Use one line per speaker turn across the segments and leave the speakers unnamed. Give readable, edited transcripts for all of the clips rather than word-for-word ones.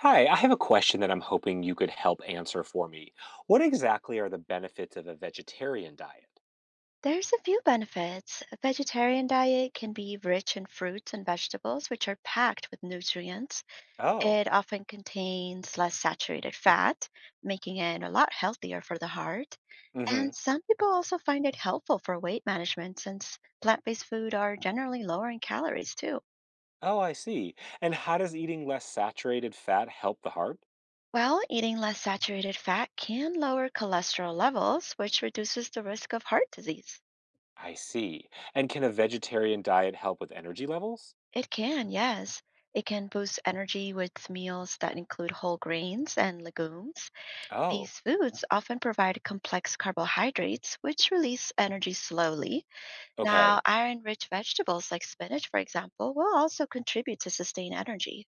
Hi, I have a question that I'm hoping you could help answer for me. What exactly are the benefits of a vegetarian diet?
There's a few benefits. A vegetarian diet can be rich in fruits and vegetables, which are packed with nutrients.
Oh,
It often contains less saturated fat, making it a lot healthier for the heart.
mm-hmm.
And some people also find it helpful for weight management since plant based food are generally lower in calories too.
Oh, I see. And how does eating less saturated fat help the heart?
Well, eating less saturated fat can lower cholesterol levels, which reduces the risk of heart disease.
I see. And can a vegetarian diet help with energy levels?
It can, yes. It can boost energy with meals that include whole grains and legumes.
Oh,
These foods often provide complex carbohydrates, which release energy slowly. Now,
okay.
iron rich vegetables like spinach, for example, will also contribute to sustain energy.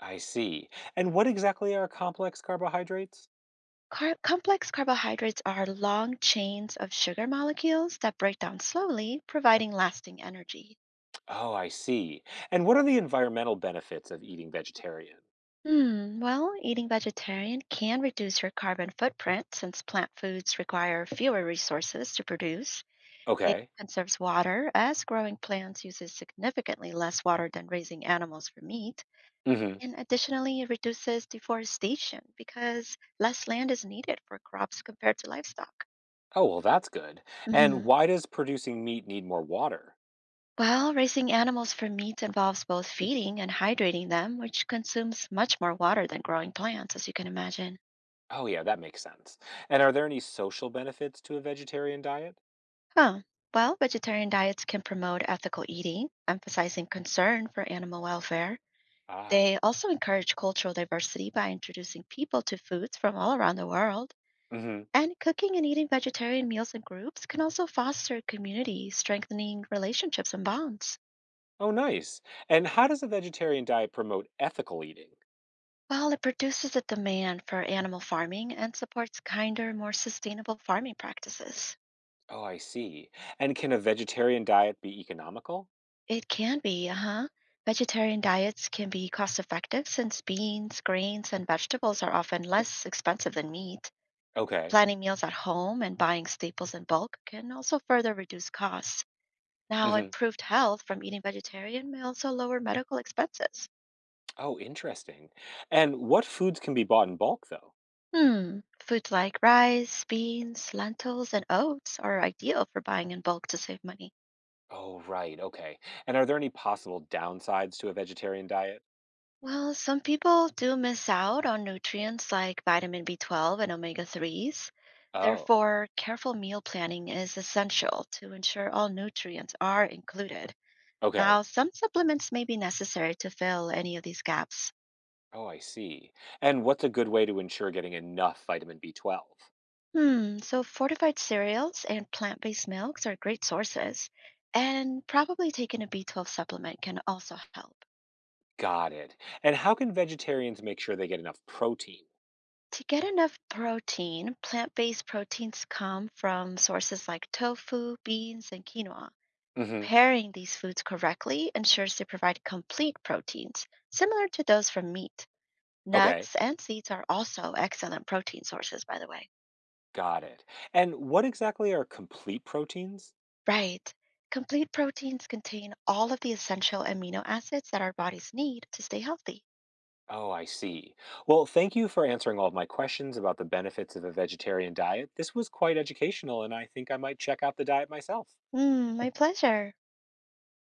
I see. And what exactly are complex carbohydrates?
Complex carbohydrates are long chains of sugar molecules that break down slowly, providing lasting energy.
Oh, I see. And what are the environmental benefits of eating vegetarian?
Hmm, well, eating vegetarian can reduce your carbon footprint since plant foods require fewer resources to produce. It
Okay.
conserves water as growing plants uses significantly less water than raising animals for meat.
Mm-hmm.
And additionally, it reduces deforestation because less land is needed for crops compared to livestock.
Oh, well, that's good. And
Mhm.
why does producing meat need more water?
Well, raising animals for meat involves both feeding and hydrating them, which consumes much more water than growing plants, as you can imagine.
Oh, yeah, that makes sense. And are there any social benefits to a vegetarian diet?
Huh. Well, vegetarian diets can promote ethical eating, emphasizing concern for animal welfare.
Ah.
They also encourage cultural diversity by introducing people to foods from all around the world.
Hmm.
And cooking and eating vegetarian meals in groups can also foster community, strengthening relationships and bonds.
Oh, nice. And how does a vegetarian diet promote ethical eating?
Well, it produces a demand for animal farming and supports kinder, more sustainable farming practices.
Oh, I see. And can a vegetarian diet be economical?
It can be, uh-huh. Vegetarian diets can be cost-effective since beans, grains, and vegetables are often less expensive than meat.
Okay.
Planning meals at home and buying staples in bulk can also further reduce costs. Now,
Hmm.
improved health from eating vegetarian may also lower medical expenses.
Oh, interesting. And what foods can be bought in bulk, though?
Hmm, foods like rice, beans, lentils, and oats are ideal for buying in bulk to save money.
Oh, right. Okay. And are there any possible downsides to a vegetarian diet?
Well, some people do miss out on nutrients like vitamin B12 and omega 3s.
Oh,
Therefore, careful meal planning is essential to ensure all nutrients are included. Now,
okay.
some supplements may be necessary to fill any of these gaps.
Oh, I see. And what's a good way to ensure getting enough vitamin B12?
Hmm, so fortified cereals and plant based milks are great sources, and probably taking a B12 supplement can also help.
Got it. And how can vegetarians make sure they get enough protein?
To get enough protein, plant based proteins come from sources like tofu, beans, and quinoa.
Hmm.
Pairing these foods correctly ensures they provide complete proteins, similar to those from meat.
Okay,
Nuts and seeds are also excellent protein sources, by the way.
got it. And what exactly are complete proteins?
Right. Complete proteins contain all of the essential amino acids that our bodies need to stay healthy.
Oh, I see. Well, thank you for answering all of my questions about the benefits of a vegetarian diet. This was quite educational, and I think I might check out the diet myself.
Mm, my pleasure.